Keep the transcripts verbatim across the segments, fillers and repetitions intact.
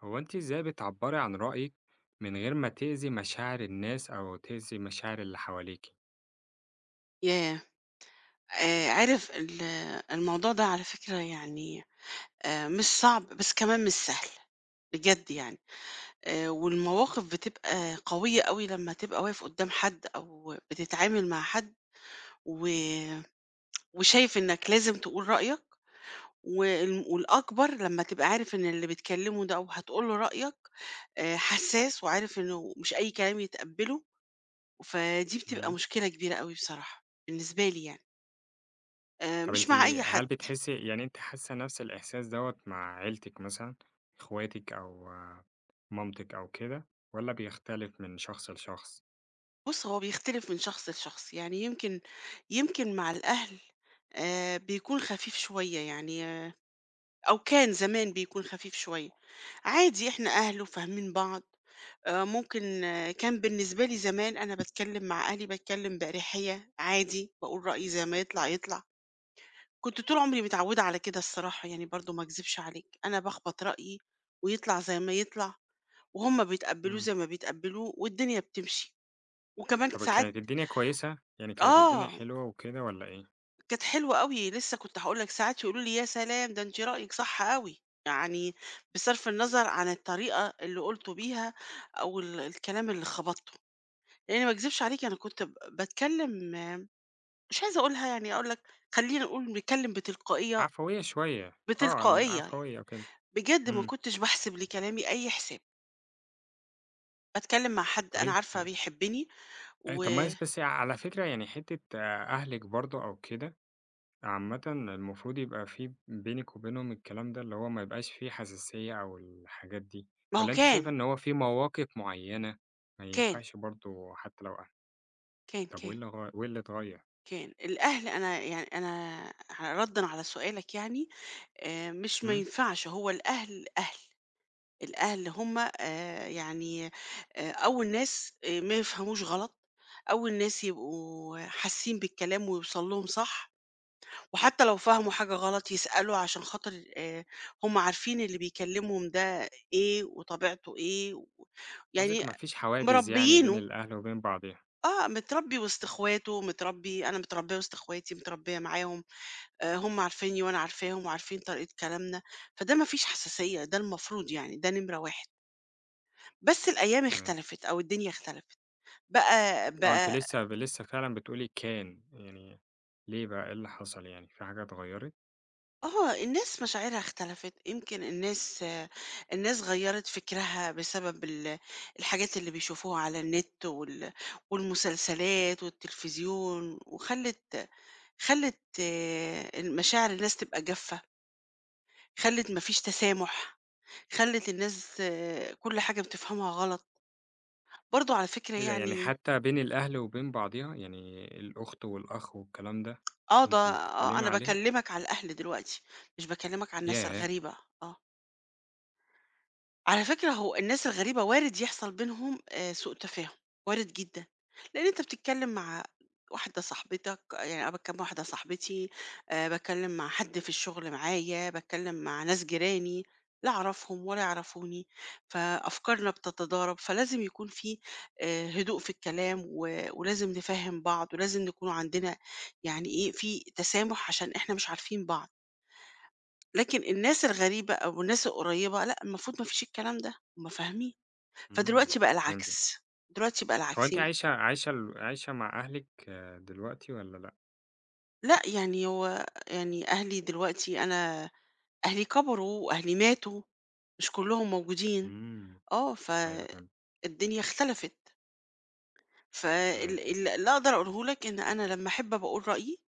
هو أنتِ إزاي بتعبّري عن رأيِك من غير ما تأذي مشاعر الناس أو تأذي مشاعر اللي حواليكِ؟ ياه! آآ عارف ال الموضوع ده على فكرة، يعني، آآ مش صعب، بس كمان مش سهل، بجد يعني. آآ والمواقف بتبقى قوية أوي لمّا تبقى واقف قدّام حد أو بتتعامل مع حد، و وشايف إنّك لازم تقول رأيك، وال والأكبر لمّا تبقى عارف إن اللي بتكلّمه ده أو هتقول له رأيك آآ حسّاس، وعارف إنه مش أي كلام يتقبّله، فدي بتبقى إمم. مشكلة كبيرة أوي بصراحة بالنسبة لي يعني. آآ طب مش أنتِ مع أي هل حد. بتحسّي يعني أنتِ حاسّة نَفْس الإحساس دوّة مع عيلتِك مثلًا، إخواتِك أو آه، مامتِك أو كده والّا بيختلف من شخص لشخص؟ بُص، هو بيختلف من شخص لشخص، يعني يمكن يمكن مع الأهل آآ بيكون خفيف شوية، يعني آه، أو كان زمان بيكون خفيف شوية، عادي إحنا أهل وفاهمين بعض. آآ ممكن، آه، كان بالنسبة لي زمان أنا باتكلم مع أهلي، باتكلم بأريحية عادي، باقول رأيي زي ما يطلع يطلع. كنت طول عمري متعودة على كده الصراحة، يعني برضه ما أكذبش عليك، أنا باخبط رأيي ويطلع زي ما يطلع، وهُم بيتقبلوه إمم. زي ما بيتقبلوه والدنيا بتمشي، وكمان طب ساعات. كانت الدنيا كويسة، يعني كانت الدنيا آه. حلوة وكده والّا إيه؟ كانت حلوة أوي، لسه كنت هاقول لك ساعات يقولوا لي: "يا سلام! ده أنتِ رأيِك صح أوي." يعني بصرف النظر عن الطريقة اللي قُلته بيها أو ال الكلام اللي خبطته، لإني ما أكذبش عليك أنا كنت ب باتكلم، مش عايزة أقولها يعني، أقول لك خلّينا نقول بنتكلم بتلقائية عفوية شوية، آه، بتلقائية يعني. العفوية وكده، بجد ما إمم. كنتش باحسب لكلامي أي حساب، باتكلم مع حد طب أنا أنتِ عارفة بيحبني. أ و طب ما بس على فكرة يعني حتّة آه، أهلِك برضه أو كده عامةً المفروض يبقى في بينِك وبينهم الكلام ده، اللي هو ما يبقاش في حساسية أو الحاجات دي، ما هو والّا أنتِ شايفة كان، إن هو في مواقف معيّنة ما كان، ينفعش برضه حتى لو أهل؟ كان، طب كان، وإيه اللي غي وإيه اللي اتغيّر؟ كان الأهل. أنا يعني أنا ع رَدًا على سؤالك، يعني آآ، مش ما إمم، ينفعش، هو الأهل أهل. الأهل هم، آآ، يعني، آآ، أول ناس، آآ، ما يفهموش غلط. أول ناس يبقوا حاسين بالكلام ويوصل لهم صح، وحتى لو فهموا حاجة غلط يسألوا عشان خاطر آآ، هم عارفين اللي بيكلمهم ده إيه وطبيعته إيه. و قصدِك يعني ما فيش حواجز يعني بين مربيينه، الأهل وبين بعضيها، آه، متربي وسط إخواته، متربي أنا متربية وسط إخواتي، متربية معاهم. آآ، هم عارفينّي وأنا عارفاهم وعارفين طريقة كلامنا، فده ما فيش حساسية، ده المفروض يعني، ده نمرة واحد. بس الأيام تمام. اختلفت أو الدنيا اختلفت. بقى آه، أنتِ بقى لسه ب لسه فعلًا بتقولي كان، يعني ليه بقى، إيه اللي حصل يعني، في حاجة اتغيّرت؟ آه، الناس مشاعرها اختلفت، يمكن الناس، آه، الناس غيّرت فكرها بسبب ال الحاجات اللي بيشوفوها على النت وال والمسلسلات والتلفزيون، وخلّت، خلّت آه، المشاعر الناس تبقى جافة، خلّت ما فيش تسامح، خلّت الناس، آه، كل حاجة بتفهمها غلط. برضه على فكرة إيه ده، يعني يعني، حتى بين الأهل وبين بعضيها، يعني الأخت والأخ والكلام ده، آه، ده أنتِ آه، بتتكلمي أنا عليهم؟ باكلّمك على الأهل دلوقتي، مش باكلّمك على الناس ياه! الغريبة. آه. على فكرة هو الناس الغريبة وارد يحصل بينهم، آه، سوء تفاهم، وارد جدا، لأن أنت بتتكلم مع واحدة صاحبتك، يعني أنا بتكلم مع واحدة صاحبتي، آه، بتكلم مع حد في الشغل معايا، بتكلم مع ناس جيراني لا أعرفهم ولا يعرفوني، فأفكارنا بتتضارب، فلازم يكون في، آه، هدوء في الكلام و- ولازم نفهم بعض، ولازم نكون عندنا يعني إيه في تسامح، عشان إحنا مش عارفين بعض. لكن الناس الغريبة أو الناس القريبة لأ، المفروض ما فيش الكلام ده، هُم فاهمين. إمم، فدلوقتي بقى فهمتِك. العكس. دلوقتي بقى هو العكس. أنتِ يم عايشة عايشة ال عايشة مع أهلِك آه، دلوقتي والّا لأ؟ لأ، يعني هو يعني أهلي دلوقتي أنا أهلي كبروا وأهلي ماتوا، مش كلّهم موجودين. إمم، آه، أيوه فهمت، فالدنيا اختلفت. فال تمام، ال اللي أقدر أقوله لك إن أنا لمّا أحب أبقى أقول رأيي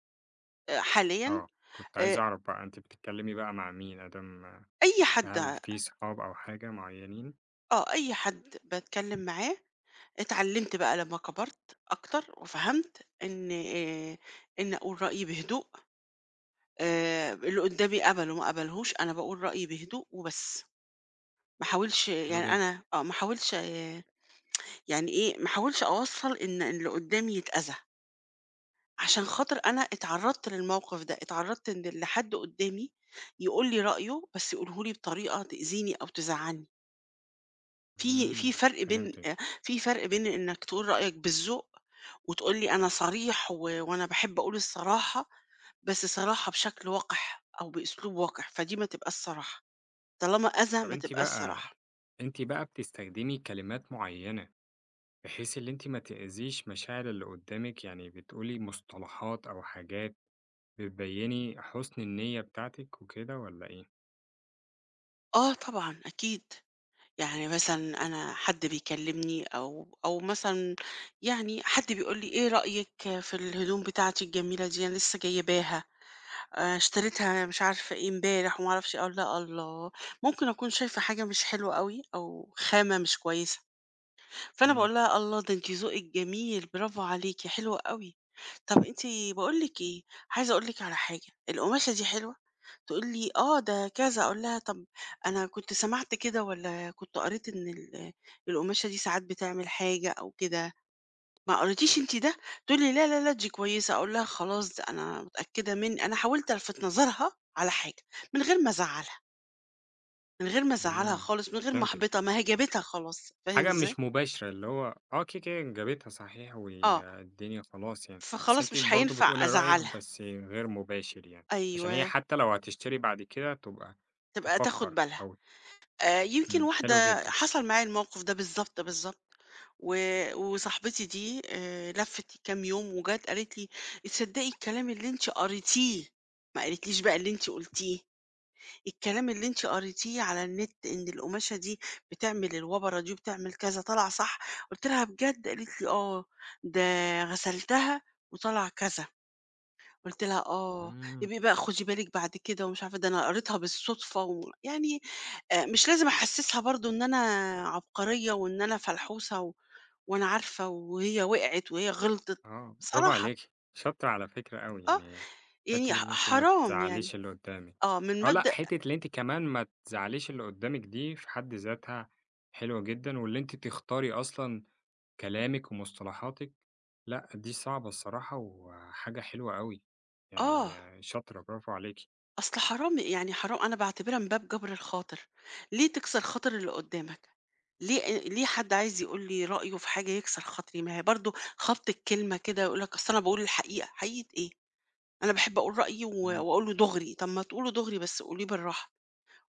آآ حاليًا، آه، كنت عايز آآ أعرف بقى أنتِ بتتكلمي بقى مع مين أدام أي حد هل ع في صحاب أو حاجة معيّنين؟ آه، أي حد باتكلّم معاه اتعلمت بقى لمّا كبرت أكتر وفهمت إن آآ، إن أقول رأيي بهدوء. آآ، اللي قدّامي قبله ما قبلهوش، أنا باقول رأيي بهدوء وبس، ما احاولش، حلو يعني جدًا، أنا آه، ما احاولش يعني إيه، ما احاولش أوصّل إن اللي قدّامي يتأذى، عشان خاطر أنا اتعرّضت للموقف ده، اتعرّضت إن ل حد قدّامي يقول لي رأيه بس يقوله لي بطريقة تأذيني أو تزعّلني. في في إمم، فرق بين فهمتِك. آآ في فرق بين إنك تقول رأيك بالذوق، وتقول لي أنا صريح و وأنا باحب أقول الصراحة، بس صراحة بشكل وقح أو بأسلوب وقح، فدي ما تبقاش صراحة، طالما أذى طب ما أنتِ تبقاش بقى صراحة. أنتِ بقى بتستخدمي كلمات معيّنة بحيث اللي أنتِ ما تأذيش مشاعر اللي قدّامِك، يعني بتقولي مصطلحات أو حاجات بتبيّني حُسن النية بتاعتِك وكده والّا إيه؟ آه طبعًا أكيد. يعني مثلًا أنا حد بيكلمني، أو أو مثلًا يعني حد بيقول لي إيه رأيِك في الهدوم بتاعتي الجميلة دي، أنا لسه جايباها. آآ اشتريتها مش عارفة إيه امبارح وما أعرفش إيه، أقول لها: "الله! ممكن أكون شايفة حاجة مش حلوة أوي أو خامة مش كويسة." فأنا إمم، باقول لها: "الله! ده أنتِ ذوقِك جميل، برافو عليكِ، حلو أوي. طب أنتِ باقول لِك إيه، عايزة أقول لِك على حاجة، القماشة دي حلوة؟" تقول لي: "آه، ده كذا." أقول لها: "طب أنا كنت سمعت كده والّا كنت قريت إن ال القماشة دي ساعات بتعمل حاجة أو كده." ما قريتيش أنتِ ده؟ تقول لي: "لا، لا، لا دي كويسة." أقول لها: "خلاص ده أنا متأكدة من." أنا حاولت ألفت نظرها على حاجة من غير ما أزعّلها، من غير ما أزعّلها إمم، خالص، من غير ما فهمتِك. أحبطها، ما هي جابتها خلاص، فاهم حاجة إزاي؟ مش مباشرة، اللي هو آه كده، كده جابتها صحيح آه، والدنيا خلاص يعني، بس فخلاص أنتِ مش برضه هينفع بتقولي رأيِك أزعّلها، بس غير مباشر يعني، عشان هي أيوه، حتى لو هتشتري بعد كده تبقى تبقى تاخد تفكّر بالها. أو آآ يمكن إمم، حلو واحدة جدًا. حصل معايا الموقف ده بالضبط، بالضبط. و وصاحبتي دي آآ لفِّت كام يوم وجات قالت لي: "تصدّقي الكلام اللي أنتِ قريتيه، ما قالتليش بقى اللي أنتِ قُلتيه." الكلام اللي أنتِ قريتيه على النت إن القماشة دي بتعمل الوبرة دي وبتعمل كذا، طلع صح؟ قُلت لها: "بجد؟" قالت لي: "آه، ده غسلتها وطلع كذا." قُلت لها: "آه، إمم. يبقي بقى خدي بالِك بعد كده." ومش عارفة، ده أنا قريتها بالصدفة و يعني آآ مش لازم أحسّسها برضه إن أنا عبقرية وإن أنا فلحوسة و وأنا عارفة وهي وقعت وهي غلطت، آه، برافو بصراحة، عليكِ، شاطرة على فكرة أوي، آه، يعني حتّة يعني ح اللي أنتِ ما حرام تزعّليش يعني، اللي قدّامِك. آه، من آه، لأ، مبدأ حتّة اللي أنتِ كمان ما تزعّليش اللي قدّامِك دي في حد ذاتها حلوة جدًا، واللي أنتِ تختاري أصلًا كلامِك ومصطلحاتِك، لأ، دي صعبة الصراحة وحاجة حلوة أوي، آه. يعني آه، شاطرة برافو عليكِ. أصل حرام يعني حرام أنا باعتبرها من باب جبر الخاطر، ليه تكسر خاطر اللي قدّامك؟ ليه آآ ليه حد عايز يقول لي رأيه في حاجة يكسر خاطري؟ ما هي برضه خبط الكلمة كده يقول لك أصل أنا باقول الحقيقة، حقيقة إيه؟ أنا باحب أقول رأيي و إمم. وأقوله دغري، طب ما تقوله دغري بس قوليه بالراحة،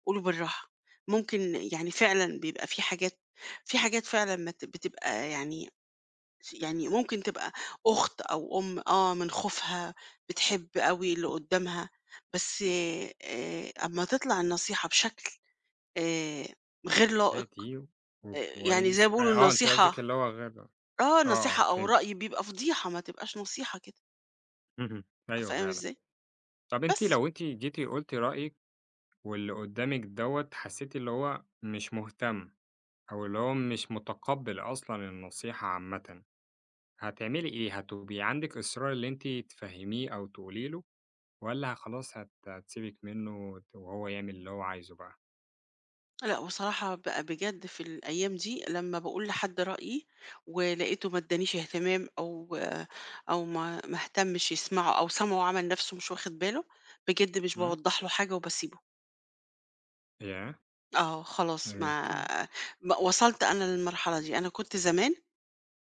قوله بالراحة. ممكن يعني فعلًا بيبقى في حاجات في حاجات فعلًا ما ت بتبقى يعني س يعني ممكن تبقى أخت أو أم، آه، من خوفها بتحب أوي اللي قدّامها، بس آآ أمّا تطلع النصيحة بشكل آآ غير لائق، هادي آآ يعني زي ما وكويس آآ، بيقولوا آه، أنتِ قصدِك النصيحة، اللي هو غير آه، آه، آه، نصيحة أو فهمتِك، رأي بيبقى فضيحة، ما تبقاش نصيحة كده، اهم، أيوه فاهم فعلًا. إزاي؟ طَب أنتِ بس. لو أنتِ جيتِ قُلتِ رأيِك واللي قدّامِك دوّة حسّيتِ اللي هو مش مهتم، أو اللي هو مش متقبّل أصلًا النصيحة عامةً، هتعملي إيه؟ هتبقي عندِك إصرار اللي أنتِ تفهّميه أو تقولي له، والّا خلاص هت هتسيبِك منّه وت وهو يعمل اللي هو عايزه بقى؟ لأ، بصراحة بقى بجد في الأيام دي لمّا باقول لحد رأيي ولقيته ما ادّانيش اهتمام، أو أو ما ما اهتمش يسمعه أو سمعه وعمل نَفْسه مش واخد باله، بجد مش إمم. باوضّح له حاجة وباسيبه. ياه! آه، خلاص آآ ما كده ب وصلت أنا للمرحلة دي. أنا كنت زمان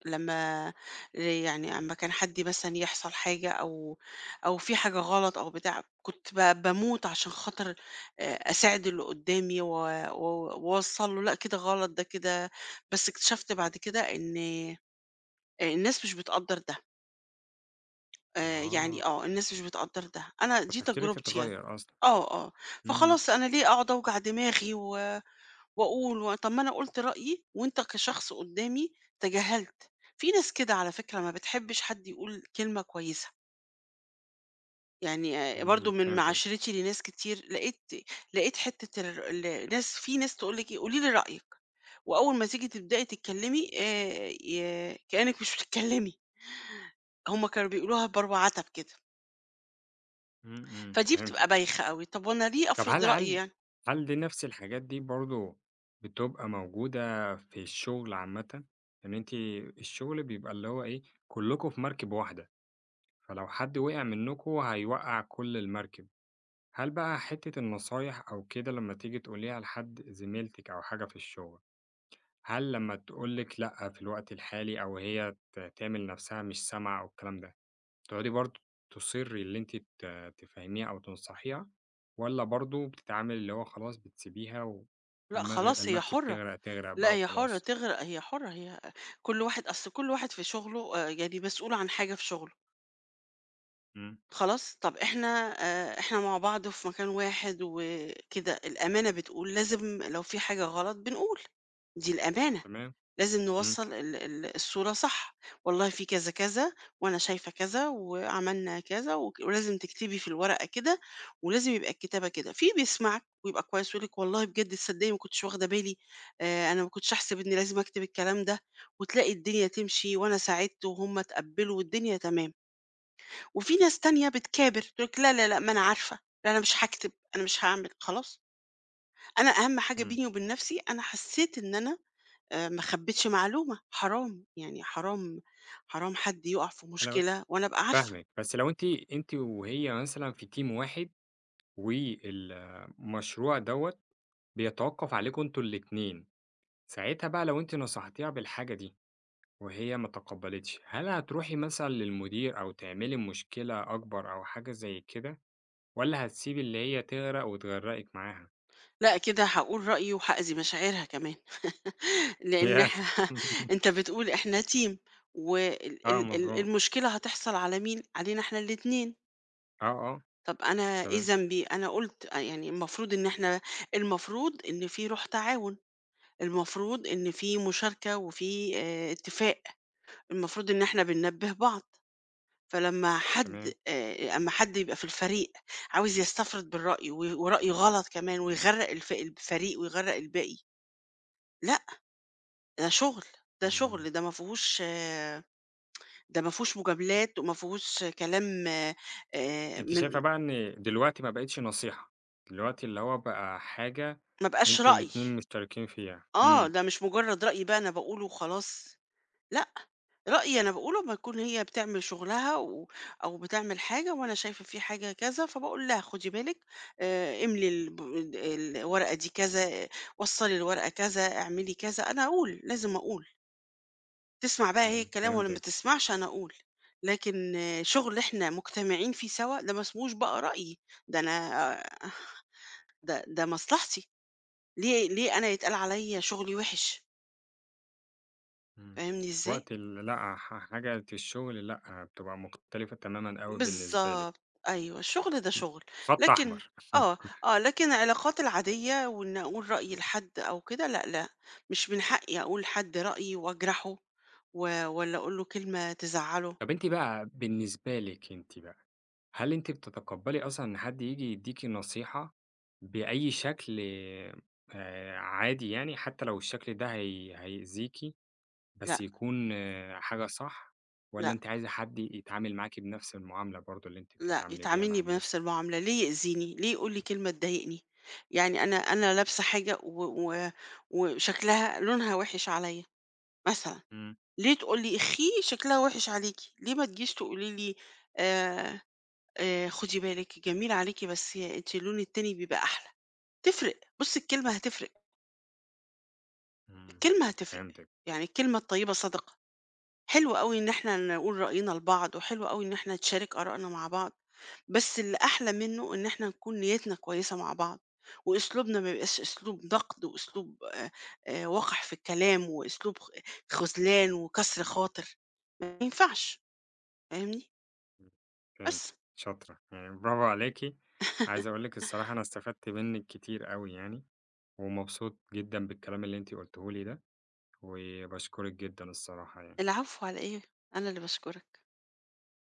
لمّا يعني أمّا كان حد مثلًا يحصل حاجة أو أو في حاجة غلط أو بتاع، كنت ب باموت عشان خاطر آآ أساعد اللي قدّامي و و واوصّل له لأ كده غلط، ده كده. بس اكتشفت بعد كده إن، آه، الناس مش بتقدّر ده، آآ يعني آه، آه، الناس مش بتقدّر ده، أنا دي فتفكيرِك تجربتي يعني. اتغيّر أصلًا، آه، آه، إمم، فخلاص أنا ليه أقعد أوجع دماغي و وأقول؟ و طب ما أنا قُلت رأيي وأنت كشخص قُدّامي تجاهلت. في ناس كده على فكرة ما بتحبّش حد يقول كلمة كويسة، يعني آآ برضه إمم، من فهمتِك، معاشرتي لناس كتير لقيت، لقيت حتّة الر ال ناس، في ناس تقول لِك إيه، قولي لي رأيِك، وأول ما تيجي تبدئي تتكلّمي آآ ي كإنِّك مش بتتكلّمي، هم كانوا بيقولوها بروعتب كده، إمم، إمم، فدي بتبقى فهمتِك. بايخة أوي، طب وأنا ليه طب أفرض هل رأيي هل يعني؟ هل دي نفس الحاجات دي برضه بتبقى موجودة في الشغل عامةً؟ إن أنتِ الشغل بيبقى اللي هو إيه، كلّكم في مركب واحدة، فلو حد وقع منّكم هيوقّع كل المركب. هل بقى حتّة النصايح أو كده لمّا تيجي تقوليها لحد زميلتِك أو حاجة في الشغل، هل لمّا تقول لِك لأ في الوقت الحالي أو هي ت تعمل نفسها مش سامعة أو الكلام ده، تقعدي برضه تصرّي اللي أنتِ ت تفهّميها أو تنصحيها، والّا برضه بتتعاملي اللي هو خلاص بتسيبيها و لأ والمغ خلاص هي المركب حُرّة. تغرق، تغرق لأ بقى هي حُرّة وخلاص؟ تغرق، هي حُرّة، هي كل واحد أصل كل واحد في شُغله آآ يعني مسؤول عن حاجة في شُغله، إمم، خلاص؟ طَب إحنا، آآ إحنا مع بعض في مكان واحد وكده، الأمانة بتقول لازم لو في حاجة غلط بنقول، دي الأمانة. تمام، لازم إمم، نوصّل ال ال الصورة صح، والله في كذا، كذا، وأنا شايفة كذا، وعملنا كذا، وك ولازم تكتبي في الورقة كده، ولازم يبقى الكتابة كده. في بيسمعك ويبقى كويس ويقول لِك والله بجد تصدقي ما كنتش واخدة بالي، آآ أنا ما كنتش أحسب إني لازم أكتب الكلام ده، وتلاقي الدنيا تمشي وأنا ساعدت وهُم اتقبّلوا والدنيا تمام. وفي ناس تانية بتكابر، تقول لِك لا، لا، لأ، ما أنا عارفة، لا أنا مش هاكتب، أنا مش هاعمل، خلاص. أنا أهم حاجة إمم، بيني وبين نَفْسي أنا حسّيت إن أنا آآ ما خبّيتش معلومة، حرام، يعني حرام حرام حد يُقع في أنا مشكلة وأنا أبقى عارفة. فاهمِك، بس لو أنتِ أنتِ وهي مثلًا في team واحد والمشروع دوّة بيتوقّف عليكم أنتم الاتنين، ساعتها بقى لو أنتِ نصحتيها بالحاجة دي وهي ما تقبّلتش، هل هتروحي مثلًا للمدير أو تعملي مشكلة أكبر أو حاجة زي كده؟ والّا هتسيبي اللي هي تغرق وتغرّقِك معاها؟ لأ كده هاقول رأيي وهأذي مشاعرها كمان لإن ياه! إحنا أنت بتقول إحنا team، وال آه ال ال مضبوط. المشكلة هتحصل على مين؟ علينا إحنا الاتنين. آه، آه، طَب أنا إيه تمام، ذنبي؟ أنا قُلت، أ يعني المفروض إن إحنا، المفروض إن في روح تعاون، المفروض إن في مشاركة وفي آآ اتفاق، المفروض إن إحنا بننبّه بعض. فلمّا حد تمام. آآ أمّا حد يبقى في الفريق عاوز يستفرد بالرأي و ورأيه غلط كمان، ويغرّق الف الفريق ويغرّق الباقي، لأ. ده شغل، ده شغل، إمم. ده ما فيهوش، آه، ده ما فيهوش مجاملات وما فيهوش كلام. آآ أنتِ من شايفة بقى إن دلوقتي ما بقِتش نصيحة، دلوقتي اللي هو بقى حاجة ما بقاش أنتم رأي، الاتنين مشتركين فيها. آه، إمم، ده مش مجرّد رأي بقى أنا باقوله وخلاص. لأ، رأيي أنا باقول أمّا تكون هي بتعمل شغلها و أو بتعمل حاجة وأنا شايفة في حاجة كذا، فباقول لها خدي بالِك، آآ، املي الب ال الورقة دي كذا، آه، وصّلي الورقة كذا، اعملي كذا، أنا أقول، لازم أقول. تسمع بقى هي إمم، الكلام والّا ما فهمتِك. تسمعش، أنا أقول. لكن آه، شغل إحنا مجتمعين فيه سوا ده ما اسموش بقى رأيي، ده أنا آه، ده ده مصلحتي، ليه ليه أنا يتقال عليّا شغلي وِحِش، إمم. فاهمني وقت إزاي؟ ال لأ، ح حاجة الشغل لأ، بتبقى مختلفة تمامًا أوي بالنسبة لِك، بالضبط. أيوه، الشغل ده شغل، خط لكن أحمر. آه، آه، لكن العلاقات العادية وإن أقول رأيي لحد أو كده لأ، لأ، مش من حقي أقول لحد رأيي وأجرحه و والّا أقول له كلمة تزعّله. طَب أنتِ بقى بالنسبة لِك أنتِ بقى هل أنتِ بتتقبّلي أصلًا إن حد ييجي يدّيكِ نصيحة بأي شكل آآ عادي يعني، حتى لو الشكل ده هي هيأذيكِ، لأ، بس يكون آه، حاجة صح، والّا لأ، أنتِ عايزة حد يتعامل معاكِ بنفس المعاملة برضه اللي أنتِ لأ، بتتعاملي بيها مع يتعاملني بنفس الناس؟ المعاملة، ليه يأذيني، ليه يقول لي كلمة تضايقني، يعني أنا، أنا لابسة حاجة و و وشكلها لونها وِحِش عليَّ مثلًا، إمم، ليه تقول لي: "اخِّي شكلها وِحِش عليكِ." ليه ما تجيش تقولي لي آآ آآ خُدي بالِك جميل عليكِ بس أنتِ اللون التاني بيبقى أحلى، تفرق، بُصّي الكلمة هتفرق، إمم، الكلمة هتفرق. فهمتِك، يعني الكلمة الطيبة صدقة. حلو أوي إن إحنا نقول رأينا لبعض، وحلو أوي إن إحنا نتشارك آرائنا مع بعض، بس اللي أحلى منه إن إحنا نكون نيّتنا كويسة مع بعض، وأسلوبنا ما يبقاش أسلوب نقد، وأسلوب آآ آآ وقح في الكلام، وأسلوب خ خذلان وكسر خاطر، ما ينفعش، فاهمني؟ إمم، بس. فهمتِك، شاطرة، يعني برافو عليكِ. عايز أقول لِك الصراحة أنا استفدت منِّك كتير أوي يعني، ومبسوط جدًا بالكلام اللي أنتِ قُلتيه لي ده، وباشكرِك جدًا الصراحة يعني. العفو على إيه، أنا اللي باشكرك.